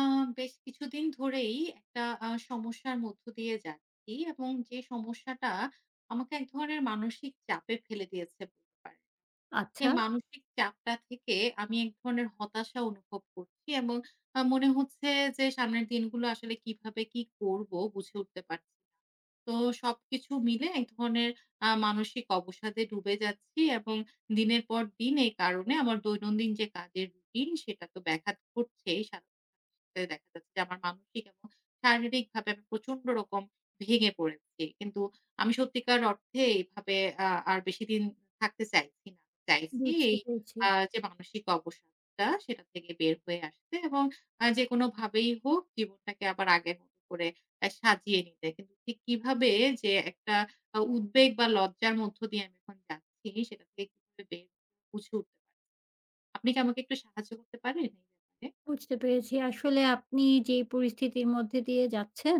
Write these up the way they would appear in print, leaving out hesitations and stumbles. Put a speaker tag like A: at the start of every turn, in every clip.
A: আ বেশ কিছুদিন ধরেই একটা সমস্যার মধ্য দিয়ে যাচ্ছি, এবং যে সমস্যাটা আমাকে এক ধরনের মানসিক চাপে ফেলে দিয়েছে। বলতে পারেন।
B: আচ্ছা।
A: সেই মানসিক চাপটা থেকে আমি এক ধরনের হতাশা অনুভব করছি, এবং মনে হচ্ছে যে সামনের দিনগুলো আসলে কিভাবে কি করব বুঝে উঠতে পারছি না। তো সবকিছু মিলে এক ধরনের মানসিক অবসাদে ডুবে যাচ্ছি, এবং দিনের পর দিন এই কারণে আমার দৈনন্দিন যে কাজের রুটিন সেটা তো ব্যাঘাত ঘটছেই। সাথে, সাথে দেখা যাচ্ছে যে আমার মানসিক এবং শারীরিকভাবে আমি প্রচন্ড রকম ভেঙে পড়েছি। কিন্তু আমি সত্যিকার অর্থে এইভাবে আর বেশিদিন থাকতে চাইছি না। চাইছি
B: বুঝতে
A: এই
B: পেরেছি,
A: যে মানসিক অবসাদটা সেটা থেকে বের হয়ে আসতে, এবং যেকোনোভাবেই হোক জীবনটাকে আবার আগের মতো করে সাজিয়ে নিতে। কিন্তু ঠিক কিভাবে যে একটা উদ্বেগ বা লজ্জার মধ্য দিয়ে আমি এখন যাচ্ছি, সেটা থেকে কিভাবে বের হবো বুঝে উঠতে পারি। আপনি কি আমাকে একটু সাহায্য করতে পারেন এই ব্যাপারে?
B: বুঝতে পেরেছি। আসলে আপনি যে পরিস্থিতির মধ্যে দিয়ে যাচ্ছেন,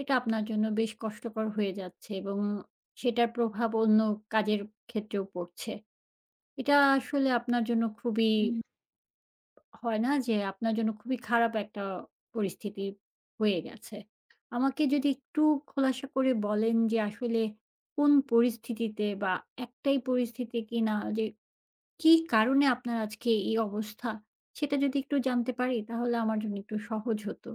B: এটা আপনার জন্য বেশ কষ্টকর হয়ে যাচ্ছে এবং সেটার প্রভাব অন্য কাজের ক্ষেত্রেও পড়ছে। এটা আসলে আপনার জন্য খুবই হয় না যে আপনার জন্য খুবই খারাপ একটা পরিস্থিতি হয়ে গেছে। আমাকে যদি একটু খোলাসা করে বলেন যে আসলে কোন পরিস্থিতিতে বা একটাই পরিস্থিতি কিনা যে কী কারণে আপনার আজকে এই অবস্থা? সেটা যদি একটু জানতে পারি তাহলে আমার জন্য একটু সহজ হতো।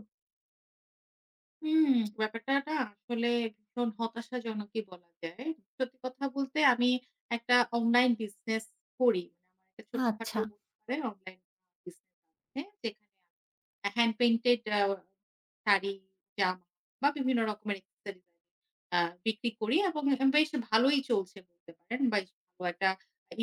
A: হুম, ব্যাপারটা না আসলে ভীষণ হতাশাজনকই বলা যায়। সত্যি কথা বলতে আমি একটা অনলাইন বিজনেস করি। মানে আমার একটা ছোটখাটো
B: আচ্ছা,
A: বলতে পারেন অনলাইন বিজনেস আছে। যেখানে আমি হ্যান্ড পেইন্টেড শাড়ি, জামা বা বিভিন্ন রকমের অ্যাক্সেসরিজ আ বিক্রি করি, এবং বেশ ভালোই চলছে বলতে পারেন। বেশ ভালো একটা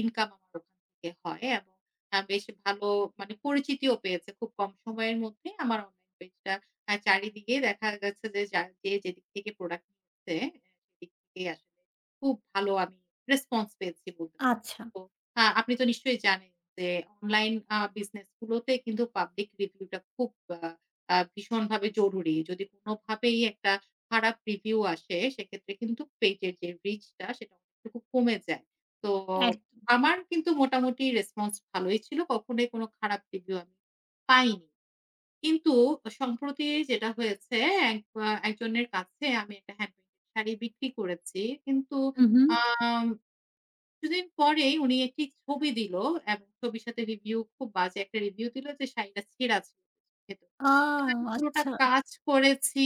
A: ইনকাম আমার ওখান থেকে হয়, এবং বেশ ভালো মানে পরিচিতিও পেয়েছে। খুব কম সময়ের মধ্যে আমার অনলাইন পেজটা চারিদিকে দেখা যাচ্ছে যে যা যে যেদিক থেকে প্রোডাক্ট নিচ্ছে, সেদিক থেকে আসলে খুব ভালো আমি রেসপন্স পেয়েছি বলতে
B: আচ্ছা।
A: পারেন। তো হ্যাঁ, আপনি তো নিশ্চয়ই জানেন যে অনলাইন বিজনেস গুলোতে কিন্তু পাবলিক রিভিউ টা খুব আ আ ভীষণভাবে জরুরি। যদি কোনভাবেই একটা খারাপ রিভিউ আসে সেক্ষেত্রে কিন্তু পেজের যে রিচ টা সেটা অনেকটুকু কমে যায়। তো
B: এক
A: আমার কিন্তু মোটামুটি রেসপন্স ভালোই ছিল। কখনোই কোন খারাপ রিভিউ আমি পাইনি। কিন্তু সম্প্রতি যেটা হয়েছে, এক আ একজনের কাছে আমি একটা হ্যান্ডমেড শাড়ি বিক্রি করেছি। কিন্তু
B: হু, হু।
A: আ কিছুদিন পরেই উনি একটি ছবি দিল, এবং ছবির সাথে রিভিউ, খুব বাজে একটা রিভিউ দিল যে শাড়িটা ছেঁড়া ছিল ভেতরে।
B: আ
A: কিন্তু আমি পুরোটা
B: আচ্ছা,
A: কাজ করেছি।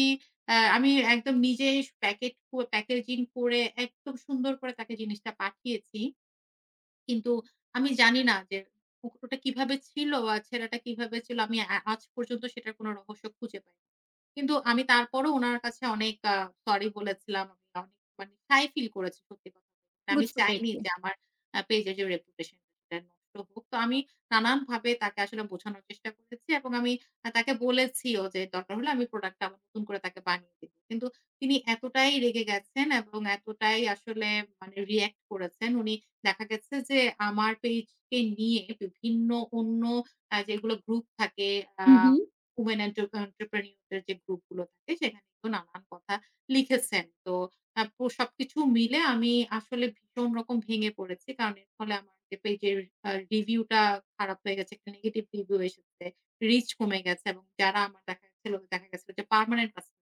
A: আমি একদম নিজেই প্যাকেট প্যাকেজিং করে একদম সুন্দর করে তাকে জিনিসটা পাঠিয়েছি। কিন্তু আমি জানি না যে কুকুরটা কিভাবে ছিল বা ছেলেটা কিভাবে ছিল। আমি আজ পর্যন্ত সেটার কোনো রহস্য খুঁজে পাইনি। কিন্তু আমি তারপরও উনার কাছে অনেক সরি বলেছিলাম। আমি অনেক মানে শাই ফিল করেছি সত্যি কথা বলতে। আমি
B: বুঝতে
A: চাইনি
B: পেরেছি।
A: যে আমার পেজের যে রেপুটেশন সেটা নষ্ট হোক। তো আমি নানানভাবে তাকে আসলে বোঝানোর চেষ্টা করেছি, এবং আমি তাকে বলেছিও যে দরকার হলে আমি প্রোডাক্টটা আবার নতুন করে তাকে বানিয়ে দিব। কিন্তু তিনি এতটাই রেগে গেছেন এবং এতটাই আসলে মানে রিঅ্যাক্ট করেছেন। উনি দেখা গেছে যে আমার পেজকে নিয়ে বিভিন্ন অন্য যেগুলো গ্রুপ থাকে, আ
B: হু, হু,
A: ওমেন এন্টারপ্রেনিউর দের যে গ্রুপগুলো থাকে সেখানে কিন্তু নানান কথা লিখেছেন। তো আ পো সবকিছু মিলে আমি আসলে ভীষণ রকম ভেঙে পড়েছি। কারণ এর ফলে আমার যে পেজের রিভিউটা খারাপ হয়ে গেছে। একটা নেগেটিভ রিভিউ এসেছে। রিচ কমে গেছে, এবং যারা আমার দেখা গেছিল যে পার্মানেন্ট কাস্টমার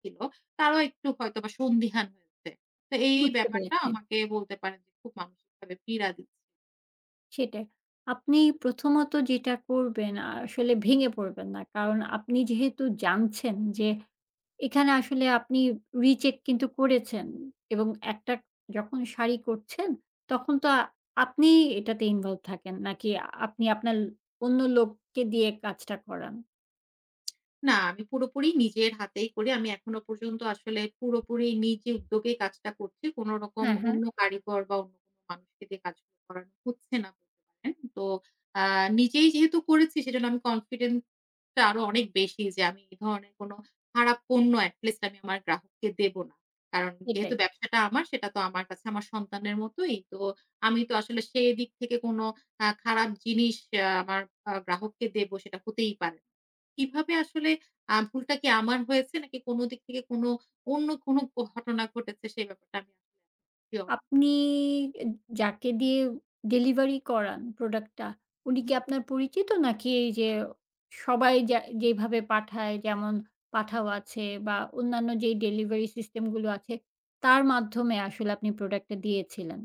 A: ছিল তারাও একটু হয়তোবা সন্দিহান হয়েছে। তো এই
B: বুঝতে
A: ব্যাপারটা
B: পেরেছি।
A: আমাকে বলতে পারেন যে খুব মানসিকভাবে পীড়া দিচ্ছে।
B: সেটাই। আপনি প্রথমত যেটা করবেন আসলে ভেঙে পড়বেন না। কারণ আপনি যেহেতু জানছেন যে এখানে আসলে আপনি রিচেক কিন্তু করেছেন এবং একটা যখন শাড়ি করছেন তখন তো আপনি এটাতে ইনভলভ থাকেন নাকি আপনি আপনার অন্য লোককে দিয়ে কাজটা করান?
A: না, আমি পুরোপুরি নিজের হাতেই করি। আমি এখনো পর্যন্ত আসলে পুরোপুরি নিজে উদ্যোগেই কাজটা করছি। কোনো রকম
B: হ্যাঁ, হ্যাঁ।
A: অন্য কারিগর বা অন্য কোনো মানুষকে দিয়ে কাজগুলো করানো হচ্ছে না বলতে পারেন। তো আ নিজেই যেহেতু করেছি সেজন্য আমি কনফিডেন্স টা আরো অনেক বেশি যে আমি এই ধরনের কোনো খারাপ পণ্য এট লিস্ট আমি আমার গ্রাহককে দেব না। কারণ
B: এটাই।
A: যেহেতু ব্যবসাটা আমার সেটা তো আমার কাছে আমার সন্তানের মতোই। তো আমি তো আসলে সেদিক থেকে কোনো খারাপ জিনিস আমার গ্রাহককে দেব সেটা হতেই পারে না। কিভাবে আসলে ভুলটা কি আমার হয়েছে নাকি কোন দিক থেকে কোন অন্য কোন ঘটনা ঘটেছে সেই ব্যাপারটা আমি আসলে শিওর।
B: আপনি এ যাকে দিয়ে ডেলিভারি করান প্রোডাক্টটা, উনি কি আপনার পরিচিত? নাকি এই যে সবাই যা যেভাবে পাঠায় যেমন পাঠাও আছে বা অন্যান্য যেই ডেলিভারি সিস্টেম গুলো আছে, তার মাধ্যমে আসলে আপনি প্রোডাক্টটা দিয়েছিলেন?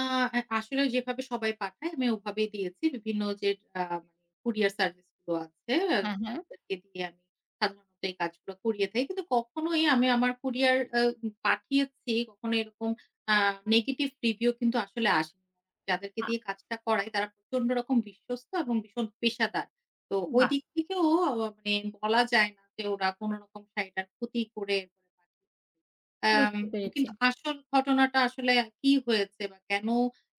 A: আ আ আসলে যেভাবে সবাই পাঠায় আমি ওভাবেই দিয়েছি। বিভিন্ন যে মানে কুরিয়ার সার্ভিস গুলো আছে,
B: হ্যাঁ, হ্যাঁ।
A: ওদেরকে দিয়ে আমি সাধারণত এই কাজগুলো করিয়ে থাকি। কিন্তু কখনোই আমি আমার কুরিয়ার পাঠিয়েছি, কখনো এরকম আ নেগেটিভ রিভিউ কিন্তু আসলে আসেনি। যাদেরকে
B: আ
A: দিয়ে কাজটা করাই তারা প্রচন্ড রকম বিশ্বস্ত এবং ভীষণ পেশাদার। তো ওই
B: বাহ!
A: দিক থেকেও মানে বলা যায় না যে ওরা কোন রকম শাড়িটার ক্ষতি করে এরপরে পাঠিয়েছে। অ্যাম
B: বুঝতে পেরেছি।
A: কিন্তু আসল ঘটনাটা আসলে কি হয়েছে বা কেন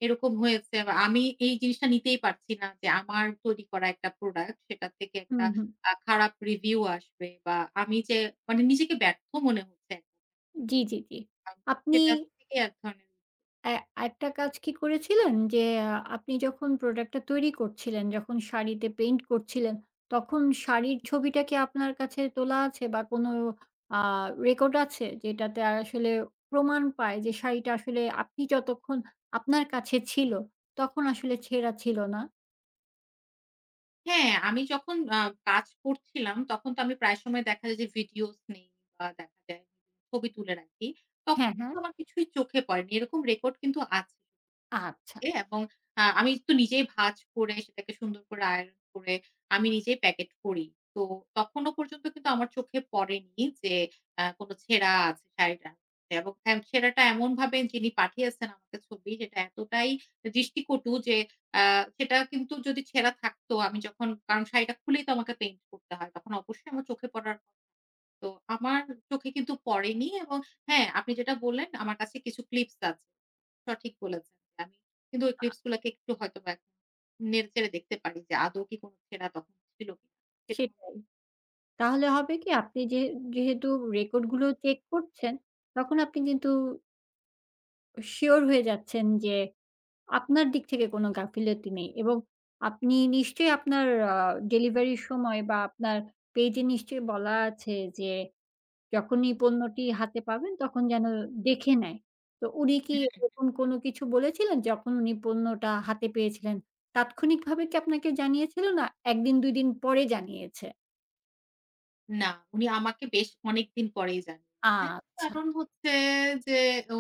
A: এরকম হয়েছে, বা আমি এই জিনিসটা নিতেই পারছি না যে আমার তৈরি করা একটা প্রোডাক্ট সেটা থেকে একটা
B: হুম, হুম।
A: খারাপ রিভিউ আসবে, বা আমি যে মানে নিজেকে ব্যর্থ মনে হচ্ছে,
B: জি, জি, জি।
A: আম
B: আপনি
A: সেটা থেকে এক ধরনের।
B: অ্যা আরেকটা কাজ কি করেছিলেন? যে আ আপনি যখন প্রোডাক্টটা তৈরি করছিলেন, যখন শাড়িতে পেইন্ট করছিলেন, তখন শাড়ির ছবিটা কি আপনার কাছে তোলা আছে বা কোনো আ রেকর্ড আছে? যেটাতে আসলে প্রমাণ পায় যে শাড়িটা আসলে আপনি যতক্ষণ আপনার কাছে ছিল, তখন আসলে ছেঁড়া ছিল না?
A: হ্যাঁ, আমি যখন কাজ করছিলাম তখন তো আমি প্রায় সময় দেখা যায় যে ভিডিওস নেই বা দেখা যায় ছবি তুলে রাখি। তখন
B: হ্যাঁ, হ্যাঁ।
A: কিন্তু আমার কিছুই চোখে পড়েনি। এরকম রেকর্ড কিন্তু আছে।
B: আচ্ছা।
A: এবং আমি তো নিজেই ভাঁজ করে সেটাকে সুন্দর করে আয়রন করে আমি নিজেই প্যাকেট করি। তো তখনো পর্যন্ত কিন্তু আমার চোখে পড়েনি যে কোন ছেঁড়া আছে শাড়িটার মধ্যে, এবং ছেঁড়াটা এমনভাবে, যিনি পাঠিয়েছেন আমাকে ছবি, সেটা এতটাই দৃষ্টিকটু যে আ সেটা কিন্তু যদি ছেঁড়া থাকতো, আমি যখন, কারণ শাড়িটা খুলেই তো আমাকে পেইন্ট করতে হয়। তখন অবশ্যই আমার চোখে পড়ার, তো আমার চোখে কিন্তু পড়েনি। এবং হ্যাঁ, আপনি যেটা বললেন, আমার কাছে কিছু ক্লিপস আছে। সঠিক বলেছেন। আমি কিন্তু ওই
B: আ
A: ক্লিপস গুলাকে একটু হয়তোবা এখন নেড়ে চেড়ে দেখতে পারি যে আদৌ কি কোন ছেঁড়া তখন ছিল কিনা। সেটা আমার।
B: সেটাই। তাহলে হবে কি আপনি যে যেহেতু রেকর্ডগুলো চেক করছেন, তখন আপনি কিন্তু সিওর হয়ে যাচ্ছেন যে আপনার দিক থেকে কোনো গাফিলতি নেই এবং আপনি নিশ্চয়ই আপনার আ ডেলিভারির সময় বা আপনার পেজে নিশ্চয়ই বলা আছে যে, যখনই পণ্যটি হাতে পাবেন তখন যেন দেখে নেয়। তো উনি কি এরকম কোনো কিছু বলেছিলেন যখন উনি পণ্যটা হাতে পেয়েছিলেন? তাৎক্ষণিকভাবে কি আপনাকে জানিয়েছিল না ১ দিন ২ দিন পরে জানিয়েছে?
A: না, উনি আমাকে বেশ অনেকদিন পরেই জানিয়েছেন।
B: আচ্ছা।
A: কারণ হচ্ছে যে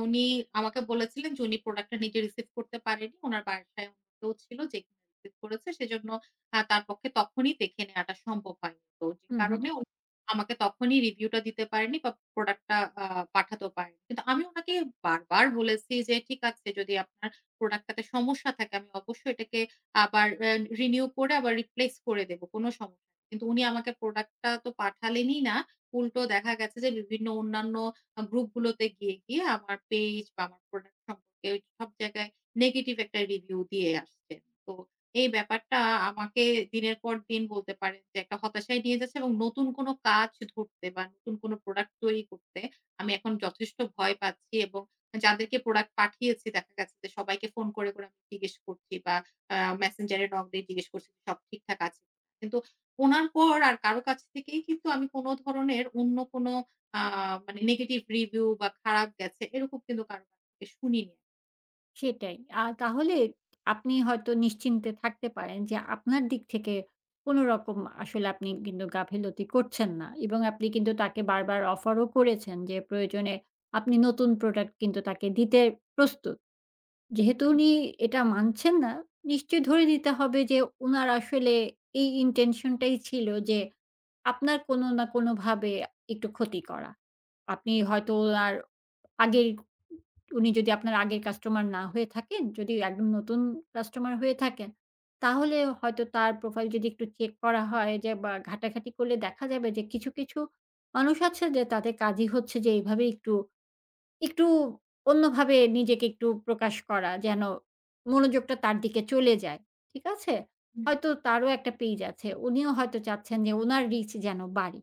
A: উনি আমাকে বলেছিলেন যে উনি প্রোডাক্ট টা নিজে রিসিভ করতে পারেনি। উনার বাসায় অন্য কেউ ছিল যে কিনা রিসিভ করেছে। সেজন্য তার পক্ষে তখনই দেখে নেয়াটা সম্ভব হয়নি। তো যে
B: হুম, হুম।
A: কারণে উনি আমাকে তখনই রিভিউ টা দিতে পারেনি বা প্রোডাক্ট টা আ পাঠাতেও পারেনি। কিন্তু আমি উনাকে বারবার বলেছি যে, "ঠিক আছে, যদি আপনার প্রোডাক্ট টাতে সমস্যা থাকে আমি অবশ্যই এটাকে আবার রিনিউ করে আবার রিপ্লেস করে দেব। কোনো সমস্যা।" কিন্তু উনি আমাকে প্রোডাক্টটা তো পাঠালেনই না। উল্টো দেখা গেছে যে বিভিন্ন অন্যান্য গ্রুপগুলোতে গিয়ে, গিয়ে আমার পেজ বা আমার প্রোডাক্ট সম্পর্কে সব জায়গায় নেগেটিভ একটা রিভিউ দিয়ে আসছেন। তো এই ব্যাপারটা আমাকে দিনের পর দিন বলতে পারেন যে একটা হতাশায় নিয়ে যাচ্ছে, এবং নতুন কোন কাজ ধরতে বা নতুন কোন প্রোডাক্ট তৈরি করতে আমি এখন যথেষ্ট ভয় পাচ্ছি, এবং যাদেরকে প্রোডাক্ট পাঠিয়েছি দেখা গেছে যে সবাইকে ফোন করে, করে আমি জিজ্ঞেস করছি বা আ মেসেঞ্জারে নক দিয়ে জিজ্ঞেস করছি যে সব ঠিকঠাক আছে। কিন্তু ওনার পর আর কারো কাছ থেকেই কিন্তু আমি কোন ধরনের অন্য কোন আ মানে নেগেটিভ রিভিউ বা খারাপ গেছে এরকম কিন্তু কারো কাছ থেকে শুনিনি।
B: সেটাই। তাহলে আপনি হয়তো নিশ্চিন্তে থাকতে পারেন যে আপনার দিক থেকে কোন রকম আসলে আপনি কিন্তু গাফিলতি করছেন না এবং আপনি কিন্তু তাকে বারবার অফারও করেছেন যে প্রয়োজনে আপনি নতুন প্রোডাক্ট কিন্তু তাকে দিতে প্রস্তুত। যেহেতু উনি এটা মানছেন না, নিশ্চয়ই ধরে নিতে হবে যে উনার আসলে এই ইনটেনশন টাই ছিল যে আপনার কোন না কোনভাবে একটু ক্ষতি করা। আপনি হয়তো উনার আগের উনি যদি আপনার আগের কাস্টমার না হয়ে থাকেন, যদি একদম নতুন কাস্টমার হয়ে থাকেন, তাহলে হয়তো তার প্রোফাইল যদি একটু চেক করা হয় যে বা ঘাটাঘাটি করলে দেখা যাবে যে কিছু, কিছু মানুষ আছে যে তাদের কাজই হচ্ছে যে এভাবে একটু, একটু অন্যভাবে নিজেকে একটু প্রকাশ করা যেন মনোযোগটা তার দিকে চলে যায়। ঠিক আছে?
A: হুম,
B: হয়তো তারও একটা পেইজ আছে। উনিও হয়তো চাচ্ছেন যে উনার রিচ যেন বাড়ে।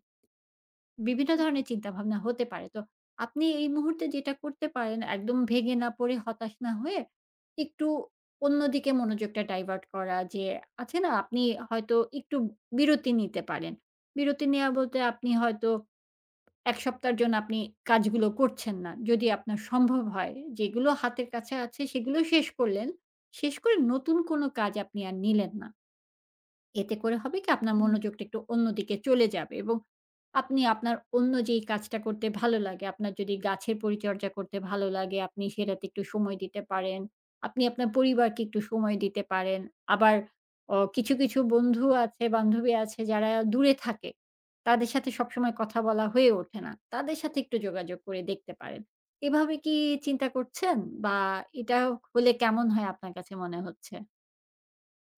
B: বিভিন্ন ধরনের চিন্তাভাবনা হতে পারে। তো আপনি এই মুহূর্তে যেটা করতে পারেন একদম ভেঙে না পড়ে, হতাশ না হয়ে একটু অন্যদিকে মনোযোগটা ডাইভার্ট করা যে আছে না? আপনি হয়তো একটু বিরতি নিতে পারেন। বিরতি নেয়া বলতে আপনি হয়তো ১ সপ্তাহের জন্য আপনি কাজগুলো করছেন না। যদি আপনার সম্ভব হয় যেগুলো হাতের কাছে আছে সেগুলো শেষ করলেন। শেষ করে নতুন কোনো কাজ আপনি আর নিলেন না। এতে করে হবে কি আপনার
A: হুম।
B: মনোযোগটা একটু অন্যদিকে চলে যাবে এবং আপনি আপনার অন্য যেই কাজটা করতে ভালো লাগে, আপনার যদি গাছের পরিচর্যা করতে ভালো লাগে, আপনি সেটাতে একটু সময় দিতে পারেন। আপনি আপনার পরিবারকে একটু সময় দিতে পারেন। আবার অ কিছু, কিছু বন্ধু আছে, বান্ধবী আছে যারা দূরে থাকে। তাদের সাথে সবসময় কথা বলা হয়ে ওঠে না। তাদের সাথে একটু যোগাযোগ করে দেখতে পারেন। এভাবে কি চিন্তা করছেন? বা এটা হলে কেমন হয় আপনার কাছে মনে হচ্ছে?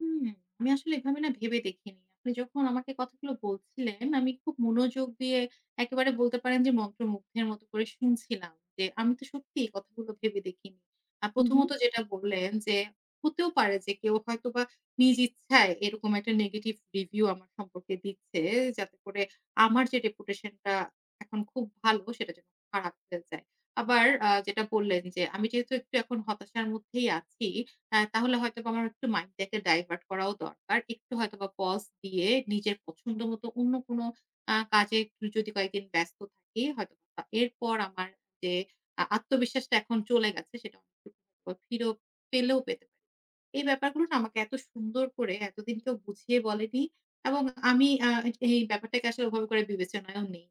A: হুম, আমি আসলে এভাবে না ভেবে দেখিনি। আপনি যখন আমাকে কথাগুলো বলছিলেন, আমি খুব মনোযোগ দিয়ে একেবারে বলতে পারেন যে মন্ত্রমুগ্ধের মতো করে শুনছিলাম যে, আমি তো সত্যিই কথাগুলো ভেবে দেখিনি।
B: হু, হু।
A: প্রথমত যেটা বললেন যে, হতেও পারে যে কেউ হয়তোবা নিজ ইচ্ছায় এরকম একটা নেগেটিভ রিভিউ আমার সম্পর্কে দিচ্ছে, যাতে করে আমার যে reputation টা এখন খুব ভালো, সেটা যেন খারাপ হয়ে যায়। আবার যেটা বললেন যে, আমি যেহেতু একটু এখন হতাশার মধ্যেই আছি, হ্যাঁ, তাহলে হয়তোবা আমার একটু মাইন্ডটাকে ডাইভার্ট করাও দরকার। একটু হয়তোবা পজ দিয়ে নিজের পছন্দ মতো অন্য কোনো কাজে একটু যদি কয়েকদিন ব্যস্ত থাকি, হয়তোবা এরপর আমার যে আত্মবিশ্বাসটা এখন চলে গেছে সেটা অনেকটুকু হয়তোবা ফিরেও পেলেও পেতে পারি। এই ব্যাপারগুলো না আমাকে এত সুন্দর করে এতদিন কেউ বুঝিয়ে বলেনি, এবং আমি এই ব্যাপারটাকে আসলে ওভাবে করে বিবেচনায়ও নেই।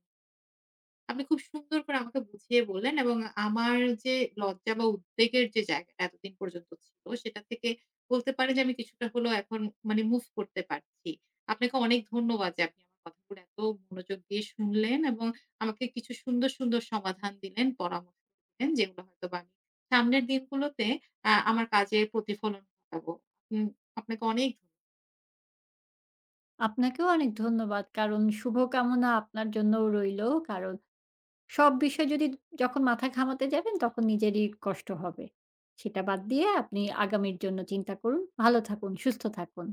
A: আপনি খুব সুন্দর করে আমাকে বুঝিয়ে বললেন, এবং আমার যে লজ্জা বা উদ্বেগের যে জায়গাটা এতদিন পর্যন্ত ছিল সেটা থেকে বলতে পারেন যে আমি কিছুটা হলেও এখন মানে মুভ করতে পারছি। আপনাকে অনেক ধন্যবাদ যে আপনি আমার কথাগুলো এত মনোযোগ দিয়ে শুনলেন, এবং আমাকে কিছু সুন্দর, সুন্দর সমাধান দিলেন, পরামর্শ দিলেন যেগুলো হয়তোবা আমি সামনের দিনগুলোতে আমার কাজে প্রতিফলন ঘটাবো। উম আপনাকে অনেক ধন্যবাদ।
B: আপনাকেও অনেক ধন্যবাদ। কারণ শুভকামনা আপনার জন্যও রইলো। কারণ সব বিষয় যদি যখন মাথা ঘামাতে যাবেন তখন নিজেরই কষ্ট হবে। সেটা বাদ দিয়ে আপনি আগামীর জন্য চিন্তা করুন। ভালো থাকুন, সুস্থ থাকুন।